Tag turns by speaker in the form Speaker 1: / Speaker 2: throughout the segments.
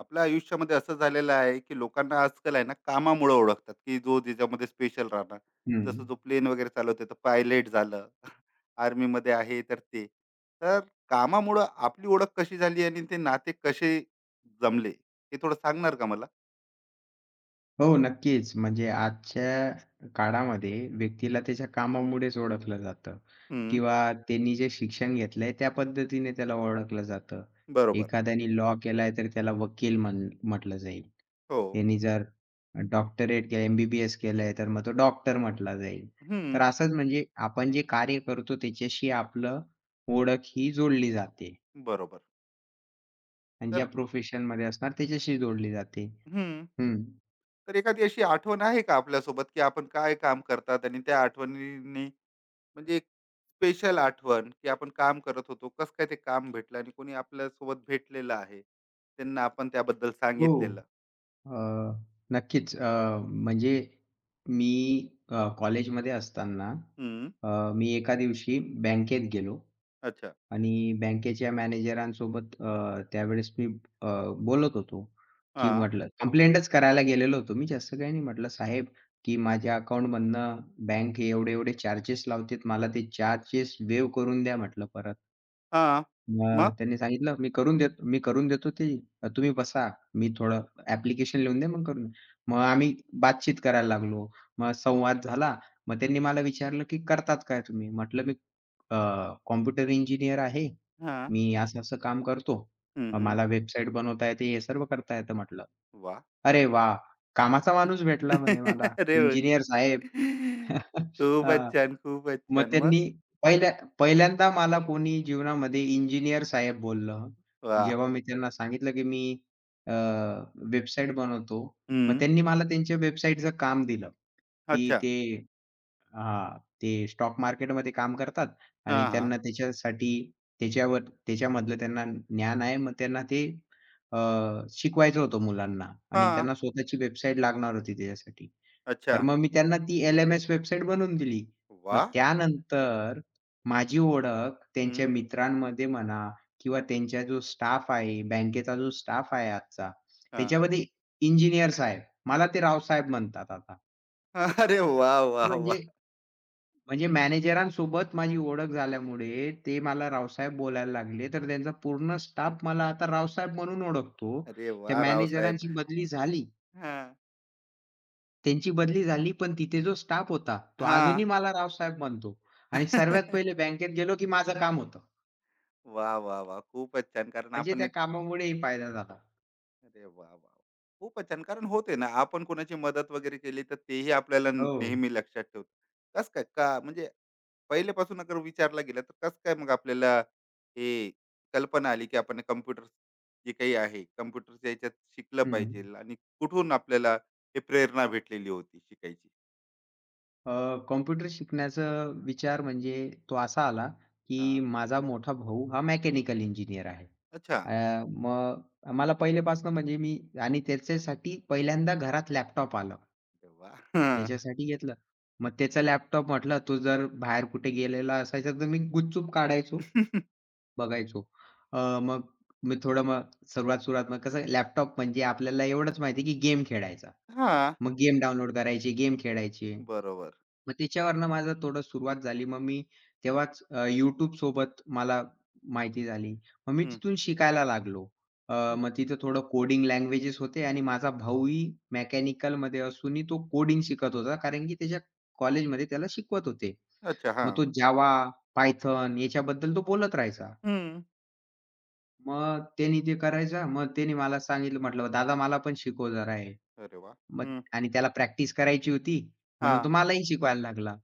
Speaker 1: आपल्या आयुष्यामध्ये असं झालेलं आहे की लोकांना आजकाल आहे ना, कामामुळे ओळखतात, की जो ज्याच्यामध्ये स्पेशल राहणार.
Speaker 2: हं.
Speaker 1: जसं जो प्लेन वगैरे चालवते तर पायलट झालं. Army मध्ये आहे तर ते तर कामामुळं आपली ओळख कशी झाली आणि ते नाते कसे जमले, हे थोडं सांगणार का मला?
Speaker 2: हो, नक्कीच. म्हणजे आजच्या काळामध्ये व्यक्तीला त्याच्या कामामुळेच ओळखलं जातं
Speaker 1: हम्म.
Speaker 2: किंवा त्यांनी जे शिक्षण घेतलंय त्या पद्धतीने त्याला ओळखलं जातं.
Speaker 1: बरोबर.
Speaker 2: एखाद्याने लॉ केलाय तर त्याला वकील म्हटलं जाईल.
Speaker 1: हो.
Speaker 2: त्यांनी जर डॉक्टरेट केलं, एम बी केलंय तर मग तो डॉक्टर म्हटला जाईल.
Speaker 1: हम्म.
Speaker 2: तर असंच म्हणजे आपण जे कार्य करतो त्याच्याशी आपलं ओळख ही जोडली जाते
Speaker 1: बरोबर.
Speaker 2: आणि
Speaker 1: तर.
Speaker 2: ज्या प्रोफेशनमध्ये असणार त्याच्याशी जोडली जाते.
Speaker 1: हम्म.
Speaker 2: हं.
Speaker 1: तर एखादी अशी आठवण आहे का आपल्यासोबत, की आपण काय काम करतात आणि त्या आठवणीने, म्हणजे स्पेशल आठवण, की आपण काम करत होतो, कसं काय ते काम भेटलं आणि कोणी आपल्या सोबत भेटलेलं आहे, त्यांना आपण त्याबद्दल
Speaker 2: हो.
Speaker 1: सांगितलेलं?
Speaker 2: अ, नक्कीच. म्हणजे मी कॉलेजमध्ये असताना
Speaker 1: हम्म.
Speaker 2: अ, मी एका दिवशी बँकेत गेलो
Speaker 1: अच्छा.
Speaker 2: आणि बँकेच्या मॅनेजरांसोबत त्यावेळेस मी अ, बोलत होतो, की
Speaker 1: हा.
Speaker 2: म्हटलं कंप्लेंटच करायला गेलेलो होतो मी, जास्त काही नाही. म्हटलं, "साहेब, की माझ्या अकाउंटमधनं बँक एवढे-एवढे चार्जेस लावते. मला ते चार्जेस वेव्ह करून द्या," म्हटलं परत.
Speaker 1: हा.
Speaker 2: मग
Speaker 1: मग.
Speaker 2: त्यांनी सांगितलं, "मी करून देतो ती. तुम्ही बसा. मी थोडं ॲप्लिकेशन लिहून दे मग करून." मग आम्ही बातचीत करायला लागलो. मग संवाद झाला. मग त्यांनी मला विचारलं, की "करतात काय तुम्ही?" म्हटलं, "मी अ, कॉम्प्युटर इंजिनिअर आहे.
Speaker 1: हा.
Speaker 2: मी असं-असं काम करतो.
Speaker 1: हम्म. हम्म.
Speaker 2: मला वेबसाईट बनवता येते, हे सर्व करता येतं." म्हटलं.
Speaker 1: वा.
Speaker 2: "अरे वाह! कामाचा माणूस भेटला" म्हणे मला.
Speaker 1: अरे वा.
Speaker 2: इंजिनिअर साहेब.
Speaker 1: खूपच
Speaker 2: अ
Speaker 1: छान, खूपच
Speaker 2: मग
Speaker 1: छान. मग
Speaker 2: त्यांनी पहिल्या पहिल्यांदा मला कोणी जीवनामध्ये इंजिनिअर साहेब बोललं.
Speaker 1: वा.
Speaker 2: जेव्हा मी त्यांना सांगितलं, की मी अ, वेबसाईट बनवतो. मग
Speaker 1: हम्म.
Speaker 2: त्यांनी मला त्यांच्या वेबसाईटचं काम दिलं, की
Speaker 1: अच्छा.
Speaker 2: ते हां, ते स्टॉक मार्केटमध्ये काम करतात
Speaker 1: हा.
Speaker 2: आणि हं.
Speaker 1: हा.
Speaker 2: त्यांना त्याच्यासाठी त्याच्यावर त्याच्यामधलं त्यांना ज्ञान आहे. मग त्यांना ते अ, शिकवायचं होतं मुलांना
Speaker 1: हा.
Speaker 2: आणि त्यांना स्वतःची वेबसाईट लागणार होती त्याच्यासाठी.
Speaker 1: अच्छा.
Speaker 2: तर मग मी त्यांना ती एल-एम-एस वेबसाईट बनवून दिली.
Speaker 1: वा.
Speaker 2: मग त्यानंतर माझी ओळख
Speaker 1: हम्म.
Speaker 2: त्यांच्या मित्रांमध्ये म्हणा किंवा त्यांचा जो स्टाफ आहे, बँकेचा जो स्टाफ आहे आजचा,
Speaker 1: हा.
Speaker 2: त्याच्यामध्ये इंजिनिअर्स आहेत. मला ते रावसाहेब म्हणतात आता.
Speaker 1: अरे वा, वा,
Speaker 2: ते
Speaker 1: वा.
Speaker 2: म्हणजे म्हणजे मॅनेजरांसोबत माझी ओळख झाल्यामुळे ते मला रावसाहेब बोलायला लागले, तर त्यांचा पूर्ण स्टाफ मला आता रावसाहेब म्हणून ओळखतो.
Speaker 1: अरे
Speaker 2: त्या
Speaker 1: वा, रावसाहेब.
Speaker 2: मॅनेजरांची बदली झाली,
Speaker 1: हा.
Speaker 2: त्यांची बदली झाली, पण तिथे जो स्टाफ होता, तो
Speaker 1: हा.
Speaker 2: अजूनही मला रावसाहेब म्हणतो आणि सर्वात पहिले बँकेत गेलो, की माझं काम होतं.
Speaker 1: वा, वा, वा. खूपच छान. कारण
Speaker 2: म्हणजे
Speaker 1: आपण
Speaker 2: त्या
Speaker 1: एक.
Speaker 2: कामामुळेही फायदा झाला.
Speaker 1: अरे वाह, वाह, वाह! खूपच छान. कारण होते ना, आपण कोणाची मदत वगैरे केली, तर तेही आपल्याला
Speaker 2: हो.
Speaker 1: नेहमी लक्षात ठेवतं. कसं काय? का म्हणजे पहिल्यापासून अगर विचारला गेला, तर कसं काय मग आपल्याला हे कल्पना आली, की आपण कॉम्प्युटर, जे काही आहे, कॉम्प्युटरच्या ह्याच्यात शिकलं पाहिजे,
Speaker 2: हं.
Speaker 1: आणि कुठून आपल्याला हे प्रेरणा भेटलेली होती शिकायची?
Speaker 2: अ, कॉम्प्युटर शिकण्याचा विचार म्हणजे तो असा आला, की
Speaker 1: हां.
Speaker 2: माझा मोठा भाऊ हा मेकॅनिकल इंजिनियर आहे.
Speaker 1: अच्छा.
Speaker 2: मग मला पहिल्यापासून म्हणजे मी आणि त्याच्यासाठी पहिल्यांदा घरात लॅपटॉप आलं.
Speaker 1: अरे वाह! हं.
Speaker 2: त्याच्यासाठी घेतलं. मग त्याचा लॅपटॉप म्हटलं तो जर बाहेर कुठे गेलेला असायचा तर मी गुपचूप
Speaker 1: हां.
Speaker 2: काढायचो, बघायचो. मग मी थोडं मग सुरुवात-सुरुवात मग कसं लॅपटॉप म्हणजे आपल्याला एवढंच माहिती की गेम खेळायचा. मग गेम डाउनलोड करायचे, गेम खेळायचे.
Speaker 1: बरोबर.
Speaker 2: मग त्याच्यावरनं माझं थोडं सुरुवात झाली. मग मी तेव्हाच YouTube सोबत मला माहिती झाली. मग मी
Speaker 1: हं.
Speaker 2: तिथून शिकायला लागलो. मग तिथं थोडं कोडिंग लँग्वेजेस होते आणि माझा भाऊही मेकॅनिकलमध्ये असूनही तो कोडिंग शिकत होता. कारण की त्याच्या कॉलेजमध्ये त्याला शिकवत होते.
Speaker 1: अच्छा.
Speaker 2: मग
Speaker 1: हां.
Speaker 2: तो Java, Python याच्याबद्दल तो बोलत राहायचा.
Speaker 1: हं.
Speaker 2: मग त्यानी ते करायचा. मग त्यानी मला सांगितलं म्हटलं, "दादा मला पण शिकव जरा
Speaker 1: अरे वाह!
Speaker 2: मग आणि त्याला प्रॅक्टिस करायची होती, म्हणून तो
Speaker 1: हां.
Speaker 2: मलाही शिकवायला लागला.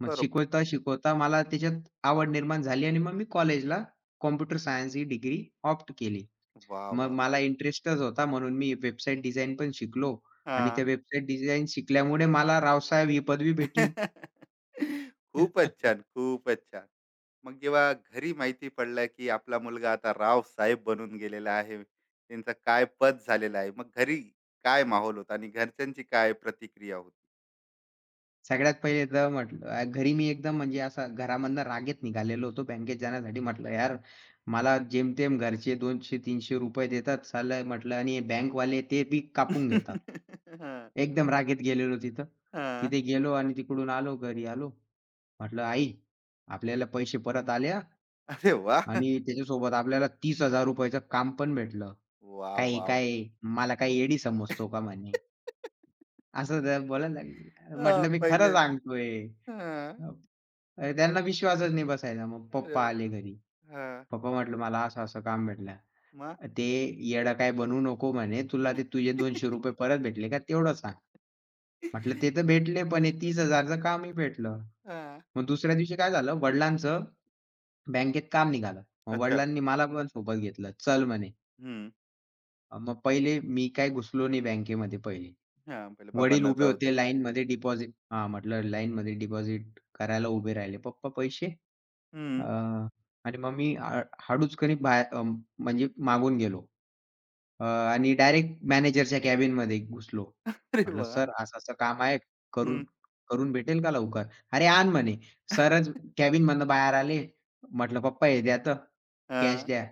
Speaker 2: मग
Speaker 1: बरोबर.
Speaker 2: शिकवता, शिकवता मला त्याच्यात आवड निर्माण झाली आणि मग मी कॉलेजला कॉम्प्युटर सायन्स ही डिग्री ऑप्ट केली.
Speaker 1: वाह!
Speaker 2: मग
Speaker 1: वाह!
Speaker 2: मला इंटरेस्टच होता म्हणून मी वेबसाईट डिझाइन पण शिकलो आणि
Speaker 1: हां.
Speaker 2: त्या वेबसाईट डिझाइन शिकल्यामुळे मला रावसाहेब ही पदवी भेटली.
Speaker 1: खूपच छान, खूपच छान. मग जेव्हा घरी माहिती पडलं, की आपला मुलगा आता रावसाहेब बनून गेलेला आहे, त्यांचा काय पद झालेला आहे, मग घरी काय माहोल होता आणि घरच्यांची काय प्रतिक्रिया होती?
Speaker 2: सगळ्यात पहिले तर म्हटलं घरी मी एकदम म्हणजे असा घरामधनं रागेत निघालेलो होतो बँकेत जाण्यासाठी. म्हटलं, "यार, मला जेमतेम घरचे ₹200-300 देतात साला," म्हटलं "आणि बँकवाले ते बी कापून घेतात."
Speaker 1: हां,
Speaker 2: एकदम रागेत गेलेलो तिथं.
Speaker 1: हां.
Speaker 2: तिथे गेलो आणि तिकडून आलो, घरी आलो. म्हटलं, "आई, आपल्याला पैसे परत आले हां
Speaker 1: अरे वाह!
Speaker 2: आणि त्याच्यासोबत आपल्याला ₹30,000 चं काम पण भेटलं."
Speaker 1: वाह!
Speaker 2: "काय,
Speaker 1: वाह! वाह!
Speaker 2: काय मला काय येडी समजतो का?" म्हणे. असं जरा बोलायला लागली.
Speaker 1: हां.
Speaker 2: म्हटलं, "मी खरं
Speaker 1: पहिले.
Speaker 2: सांगतोय."
Speaker 1: हां.
Speaker 2: हो. त्यांना विश्वासच नाही बसायचा. मग
Speaker 1: अरे.
Speaker 2: पप्पा आले घरी.
Speaker 1: हां.
Speaker 2: पप्पा म्हटलं, "मला असं-असं काम भेटलं."
Speaker 1: मग?
Speaker 2: "ते येडा काय बनवू नको," म्हणे, "तुला ते तुझे ₹200 परत भेटले का तेवढं सांग." म्हटलं, "ते तर भेटले, पण हे
Speaker 1: विश्व.
Speaker 2: 30,000 चं कामही भेटलं."
Speaker 1: हां.
Speaker 2: मग दुसऱ्या दिवशी काय झालं, वडिलांचं बँकेत काम निघालं. मग
Speaker 1: अच्छा.
Speaker 2: वडिलांनी मला पण सोबत घेतलं. "चल," म्हणे.
Speaker 1: हं.
Speaker 2: मग पहिले मी काय घुसलो नाही बँकेमध्ये पहिले.
Speaker 1: हां, पहिले
Speaker 2: वडील
Speaker 1: बाबांना
Speaker 2: उभे
Speaker 1: जाऊ द्या.
Speaker 2: होते लाईनमध्ये डिपॉझिट हां, म्हटलं लाईनमध्ये डिपॉझिट करायला उभे राहिले. पप्पा पैसे अ,
Speaker 1: हं.
Speaker 2: आणि मग मी हळूच कणी बाहेर म्हणजे मागून गेलो. अ, आणि डायरेक्ट मॅनेजरच्या कॅबिनमध्ये घुसलो.
Speaker 1: अरे
Speaker 2: म्हटलं,
Speaker 1: वाह!
Speaker 2: "सर असं-असं काम आहे, करून
Speaker 1: हं.
Speaker 2: करून भेटेल का लवकर?" "अरे आण" म्हणे. सरच कॅबिनमधनं बाहेर आले. म्हटलं, "पप्पा हे द्या तर, कॅश
Speaker 1: हां.
Speaker 2: द्या."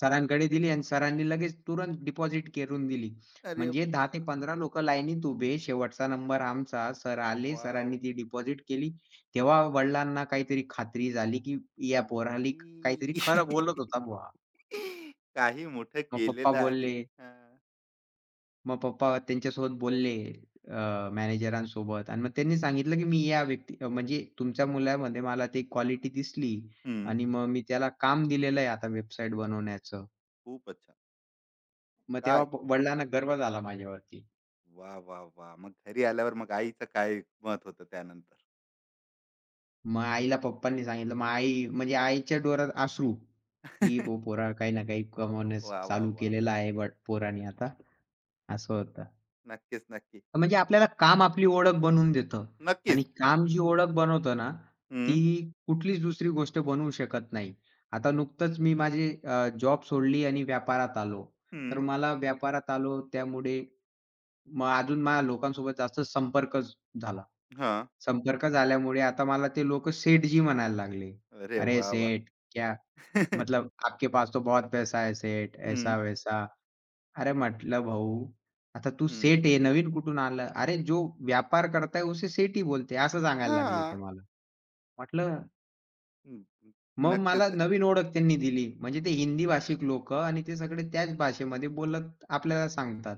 Speaker 2: सरांकडे दिली आणि सरांनी लगेच तुरंत डिपॉझिट करून दिली.
Speaker 1: अरे
Speaker 2: म्हणजे 10
Speaker 1: वाह!
Speaker 2: ते 15 लोकं लाईनीत उभे. शेवटचा नंबर आमचा. सर आले.
Speaker 1: वाह,
Speaker 2: सरांनी
Speaker 1: वाह!
Speaker 2: ती डिपॉझिट केली. तेव्हा वडिलांना काहीतरी खात्री झाली, की या पोराला काहीतरी खरं बोलत
Speaker 1: नाही.
Speaker 2: होता बुवा.
Speaker 1: काही मोठं
Speaker 2: मग पप्पा
Speaker 1: केलेलं आहे.
Speaker 2: बोलले
Speaker 1: हां.
Speaker 2: मग पप्पा त्यांच्यासोबत बोलले मॅनेजरांसोबत आणि मग त्यांनी सांगितलं, की मी या व्यक्ती म्हणजे तुमच्या मुलामध्ये मला ती क्वालिटी दिसली
Speaker 1: हं.
Speaker 2: आणि मग मी त्याला काम दिलेलं आहे आता वेबसाईट बनवण्याचं.
Speaker 1: खूपच छान.
Speaker 2: मग तेव्हा
Speaker 1: काय.
Speaker 2: वडिलांना गर्व झाला माझ्यावरती.
Speaker 1: वा, वा, वाह! मग घरी आल्यावर मग आईचं काय मत होतं त्यानंतर?
Speaker 2: मग आईला पप्पांनी सांगितलं. मग आई म्हणजे आईच्या डोळ्यात अश्रू, की "भो पोरा काही ना काही कमवण्यास
Speaker 1: वा, वा,
Speaker 2: चालू
Speaker 1: वा.
Speaker 2: केलेलं आहे बट पोराने आता." असं होतं.
Speaker 1: नक्कीच, नक्की.
Speaker 2: म्हणजे आपल्याला काम आपली ओळख बनवून देतं आणि
Speaker 1: नक्कीच.
Speaker 2: काम जी ओळख बनवतं ना, ती
Speaker 1: हं,
Speaker 2: कुठलीच दुसरी गोष्ट बनवू शकत नाही. आता नुकतंच मी माझी जॉब सोडली आणि व्यापारात आलो. तर
Speaker 1: हं.
Speaker 2: मला व्यापारात आलो त्यामुळे मग अजून माझ्या लोकांसोबत जास्त संपर्क झाला.
Speaker 1: हां.
Speaker 2: संपर्क झाल्यामुळे आता मला ते लोकं सेठजी म्हणायला लागले.
Speaker 1: अरे
Speaker 2: "अरे
Speaker 1: वा, वा.
Speaker 2: सेठ, क्या मतलब आपके पास तो बहुत पैसा है सेठ,
Speaker 1: हं,
Speaker 2: ऐसा-वैसा." अरे म्हटलं भाऊ, आता तू
Speaker 1: हं.
Speaker 2: सेठ आहे, नवीन कुठून आला? अरे जो व्यापार करता है उसे सेठ ही बोलते हैं, असं सांगायला लागले ते
Speaker 1: हां.
Speaker 2: मला. म्हटलं
Speaker 1: हं, हं.
Speaker 2: मग
Speaker 1: नक्कीच
Speaker 2: मला
Speaker 1: नाही.
Speaker 2: नवीन ओळख त्यांनी दिली. म्हणजे ते हिंदी भाषिक लोक, आणि ते सगळे त्याच भाषेमध्ये बोलत आपल्याला सांगतात,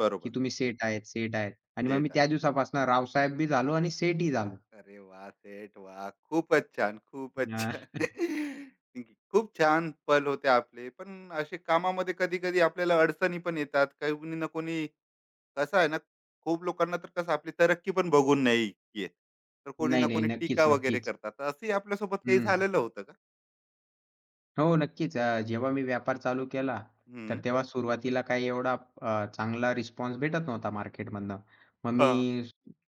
Speaker 1: बरोबर.
Speaker 2: की तुम्ही सेठ आहेत, सेठ आहेत. आणि मग मी
Speaker 1: सेट आहे.
Speaker 2: त्या दिवसापासून रावसाहेब बी झालो आणि सेठ झालो.
Speaker 1: अरे वाह! सेट, वाह! खूपच छान, खूपच
Speaker 2: अ,
Speaker 1: छान. खूप छान पल होते आपले. पण असे कामामध्ये कधी-कधी आपल्याला अडचणी पण येतात. काही कोणी ना कोणी, कसं आहे ना, खूप लोकांना तर कसं आपली तरक्की पण बघून नाही येत. तर कोणी ना
Speaker 2: नाही.
Speaker 1: कोणी टीका
Speaker 2: नक्कीच,
Speaker 1: वगैरे
Speaker 2: नक्कीच.
Speaker 1: करतात. तर असंही आपल्यासोबत काही
Speaker 2: हं.
Speaker 1: झालेलं होतं का?
Speaker 2: हो, नक्कीच. जेव्हा मी व्यापार चालू केला, तर
Speaker 1: हं.
Speaker 2: तेव्हा सुरुवातीला काही एवढा चांगला रिस्पॉन्स भेटत नव्हता मार्केटमधनं. मग मी
Speaker 1: हां.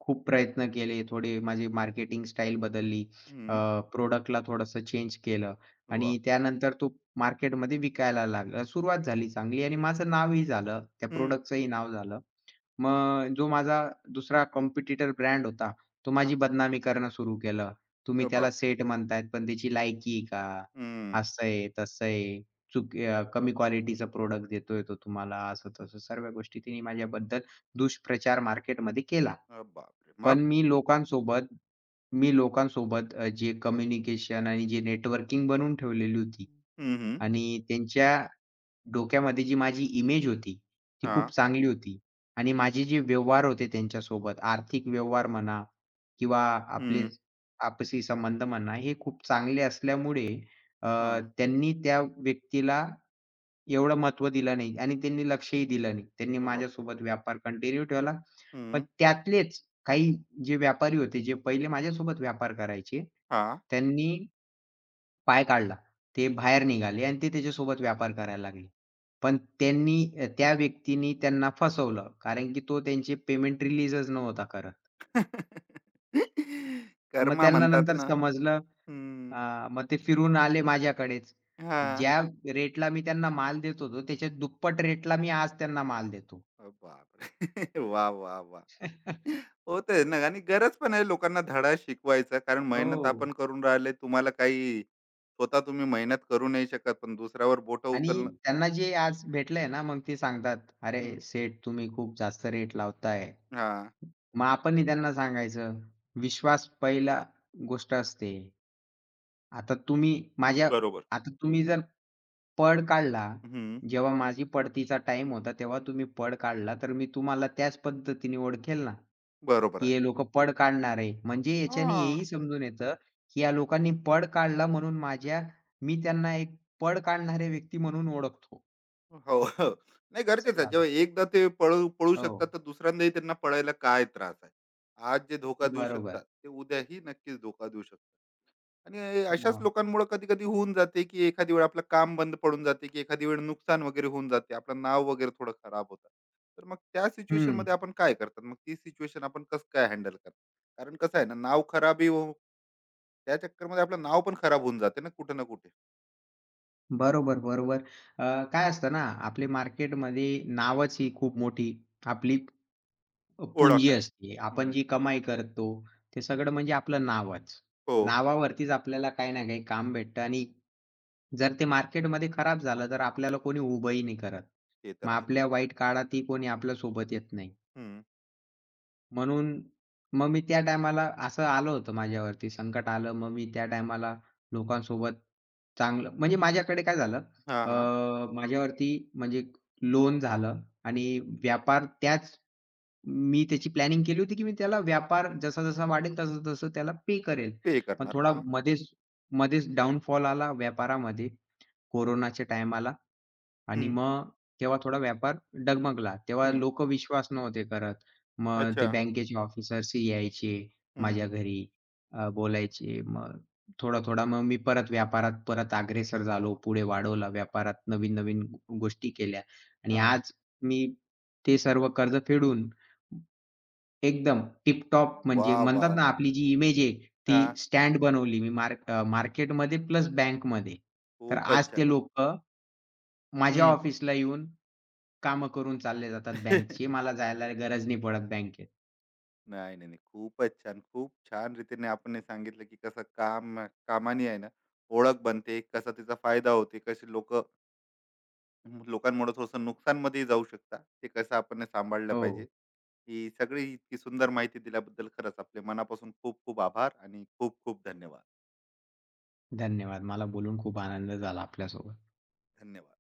Speaker 2: खूप प्रयत्न केले, थोडे माझी मार्केटिंग स्टाईल बदलली,
Speaker 1: हं.
Speaker 2: प्रॉडक्टला थोडंसं चेंज केलं
Speaker 1: वाह!
Speaker 2: आणि त्यानंतर तो मार्केटमध्ये विकायला लागला. सुरुवात झाली चांगली आणि माझं नावही झालं, त्या
Speaker 1: हं.
Speaker 2: प्रॉडक्टचंही नाव झालं. मग जो माझा दुसरा कॉम्पिटिटर ब्रँड होता, तो माझी
Speaker 1: हां.
Speaker 2: बदनामी करणं सुरू केलं. तुम्ही
Speaker 1: अ,
Speaker 2: त्याला
Speaker 1: बाप!
Speaker 2: सेट म्हणतायत, पण त्याची लायकी आहे का?
Speaker 1: हं.
Speaker 2: असं आहे, तसं आहे. कमी क्वालिटीचं प्रॉडक्ट देतोय तो तुम्हाला, असं-तसं सर्व गोष्टी तिने माझ्याबद्दल दुष्प्रचार मार्केटमध्ये केला.
Speaker 1: अ, बापरे!
Speaker 2: पण
Speaker 1: मग?
Speaker 2: मी लोकांसोबत मी लोकांसोबत जे कम्युनिकेशन आणि जे नेटवर्किंग बनवून ठेवलेली होती
Speaker 1: हं, हं.
Speaker 2: आणि त्यांच्या डोक्यामध्ये जी माझी इमेज होती, ती खूप
Speaker 1: हां.
Speaker 2: चांगली होती आणि माझे जे व्यवहार होते त्यांच्यासोबत, आर्थिक व्यवहार म्हणा किंवा आपले आपसी संबंध म्हणा, हे खूप चांगले असल्यामुळे अ,
Speaker 1: हां.
Speaker 2: त्यांनी त्या व्यक्तीला एवढं महत्त्व दिलं नाही आणि त्यांनी लक्षही दिलं नाही. त्यांनी
Speaker 1: वाह!
Speaker 2: माझ्यासोबत व्यापार कंटिन्यू ठेवला. पण
Speaker 1: हं.
Speaker 2: त्यातलेच काही जे व्यापारी होते, जे पहिले माझ्यासोबत व्यापार करायचे,
Speaker 1: हां.
Speaker 2: त्यांनी पाय काढला. ते बाहेर निघाले आणि ते त्याच्यासोबत व्यापार करायला लागले. पण त्यांनी त्या व्यक्तीनी त्यांना फसवलं. कारण की तो त्यांचे पेमेंट रिलीजच नव्हता करत. मग
Speaker 1: कर्मा
Speaker 2: त्यांना
Speaker 1: म्हणतात
Speaker 2: नंतर
Speaker 1: ना.
Speaker 2: समजलं
Speaker 1: हं.
Speaker 2: मग ते फिरून आले माझ्याकडेच.
Speaker 1: हां.
Speaker 2: ज्या रेटला मी त्यांना माल देत होतो, त्याच्या दुप्पट रेटला मी आज त्यांना माल देतो.
Speaker 1: अ, बापरे! वा, वाह! वाह! होतंय ना आणि गरज पण आहे लोकांना धडा शिकवायचा. कारण मेहनत आपण
Speaker 2: हो.
Speaker 1: करून राहिले. तुम्हाला काही स्वतः तुम्ही मेहनत करू नाही शकत. पण दुसऱ्यावर बोटं
Speaker 2: आणि
Speaker 1: उचलणं.
Speaker 2: त्यांना जे आज भेटलंय ना, मग ते सांगतात, "अरे
Speaker 1: हं.
Speaker 2: सेठ तुम्ही खूप जास्त रेट लावताय."
Speaker 1: हां.
Speaker 2: मग आपणही त्यांना सांगायचं, विश्वास पहिला गोष्ट असते. आता तुम्ही माझ्या
Speaker 1: बरोबर.
Speaker 2: आता तुम्ही जर पळ काढला,
Speaker 1: हं.
Speaker 2: जेव्हा माझी पळतीचा टाइम होता, तेव्हा तुम्ही पळ काढला, तर मी तुम्हाला त्याच पद्धतीने ओळखेल ना,
Speaker 1: बरोबर
Speaker 2: की
Speaker 1: आहे.
Speaker 2: हे लोकं पळ काढणार आहे. म्हणजे याच्याने
Speaker 1: हां.
Speaker 2: हेही समजून येतं, की या लोकांनी पळ काढला म्हणून मी त्यांना एक पळ काढणारे व्यक्ती म्हणून ओळखतो.
Speaker 1: हो, हो. नाही,
Speaker 2: असं
Speaker 1: गरजेचं आहे.
Speaker 2: झालं.
Speaker 1: जेव्हा एकदा ते पळू पळू
Speaker 2: हो,
Speaker 1: शकतात, तर दुसऱ्यांदाही त्यांना पळायला काय त्रास आहे. आज जे धोका देऊ शकतात,
Speaker 2: बरोबर.
Speaker 1: ते उद्याही नक्कीच धोका देऊ शकतात. आणि अशाच
Speaker 2: मग
Speaker 1: लोकांमुळे कधी-कधी होऊन जाते, की एखादी वेळ आपलं काम बंद पडून जाते, की एखादी वेळ नुकसान वगैरे होऊन जाते. आपलं नाव वगैरे थोडं खराब होतं. तर मग त्या
Speaker 2: हं.
Speaker 1: सिच्युएशनमध्ये आपण काय करतात? मग ती सिच्युएशन आपण कसं काय हँडल करतात? कारण कसं आहे ना, नाव खराबही हो त्या चक्करमध्ये आपलं नाव पण खराब होऊन जाते ना, कुठे ना कुठे.
Speaker 2: बरोबर. काय असतं ना, आपली मार्केटमध्ये नावच ही खूप मोठी आपली
Speaker 1: ओळख
Speaker 2: पुंजी
Speaker 1: आहे.
Speaker 2: असते. आपण
Speaker 1: हं.
Speaker 2: जी कमाई करतो, ते सगळं म्हणजे आपलं नावच.
Speaker 1: हो.
Speaker 2: नावावरतीच आपल्याला काही ना काही काम भेटतं आणि जर ते मार्केटमध्ये खराब झालं, तर आपल्याला कोणी उभंही नाही करत.
Speaker 1: ते तर
Speaker 2: मग
Speaker 1: आहेच.
Speaker 2: आपल्या वाईट काळातही कोणी आपल्या सोबत येत नाही.
Speaker 1: हं.
Speaker 2: म्हणून मग मी त्या टायमाला असं आलं होतं माझ्यावरती संकट आलं. मग मी त्या टायमाला लोकांसोबत चांगलं म्हणजे माझ्याकडे काय झालं
Speaker 1: हां,
Speaker 2: अ,
Speaker 1: हां.
Speaker 2: माझ्यावरती म्हणजे लोन झालं आणि व्यापार त्याच मी त्याची प्लॅनिंग केली होती, की मी त्याला व्यापार जसा-जसा वाढेल तसं-तसं त्याला पे करेल.
Speaker 1: पे
Speaker 2: पण
Speaker 1: करणार.
Speaker 2: थोडा
Speaker 1: हां.
Speaker 2: मध्येच मध्येच डाउनफॉल आला व्यापारामध्ये कोरोनाच्या टायमाला. आणि
Speaker 1: हं,
Speaker 2: मग तेव्हा थोडा व्यापार डगमगला. तेव्हा
Speaker 1: हं.
Speaker 2: लोक विश्वास नव्हते करत. मग ते
Speaker 1: अच्छा.
Speaker 2: बँकेचे ऑफिसर्स यायचे
Speaker 1: हं,
Speaker 2: माझ्या
Speaker 1: हं.
Speaker 2: घरी बोलायचे. मग थोडा-थोडा मग मी परत व्यापारात परत अग्रेसर झालो. पुढे वाढवला व्यापारात नवीन-नवीन गोष्टी केल्या आणि
Speaker 1: हां.
Speaker 2: आज मी ते सर्व कर्ज फेडून एकदम टिप म्हणजे
Speaker 1: वाह!
Speaker 2: म्हणतात
Speaker 1: वाह!
Speaker 2: ना
Speaker 1: वाह!
Speaker 2: आपली जी इमेज आहे ती
Speaker 1: हां.
Speaker 2: स्टँड बनवली मी मार्केटमध्ये प्लस बँकमध्ये. तर
Speaker 1: खूपच
Speaker 2: आज
Speaker 1: छान.
Speaker 2: ते लोकं माझ्या
Speaker 1: हं.
Speaker 2: ऑफिसला येऊन कामं करून चालले जातात बँकची. मला जायला गरज नाही पडत बँकेत.
Speaker 1: नाही, नाही, नाही. खूपच छान. खूप छान रीतीने आपण हे सांगितलं, की कसं कामाने आहे ना, ओळख बनते, कसा तिचा फायदा होते, कशी लोकांमुळे थोडंसं नुकसानमध्येही जाऊ शकतात, ते कसं आपण हे सांभाळलं
Speaker 2: हो,
Speaker 1: पाहिजे. ही सगळी इतकी सुंदर माहिती दिल्याबद्दल खरंच आपले मनापासून खूप खूप आभार आणि खूप खूप धन्यवाद.
Speaker 2: धन्यवाद. मला बोलून खूप आनंद झाला आपल्यासोबत.
Speaker 1: धन्यवाद.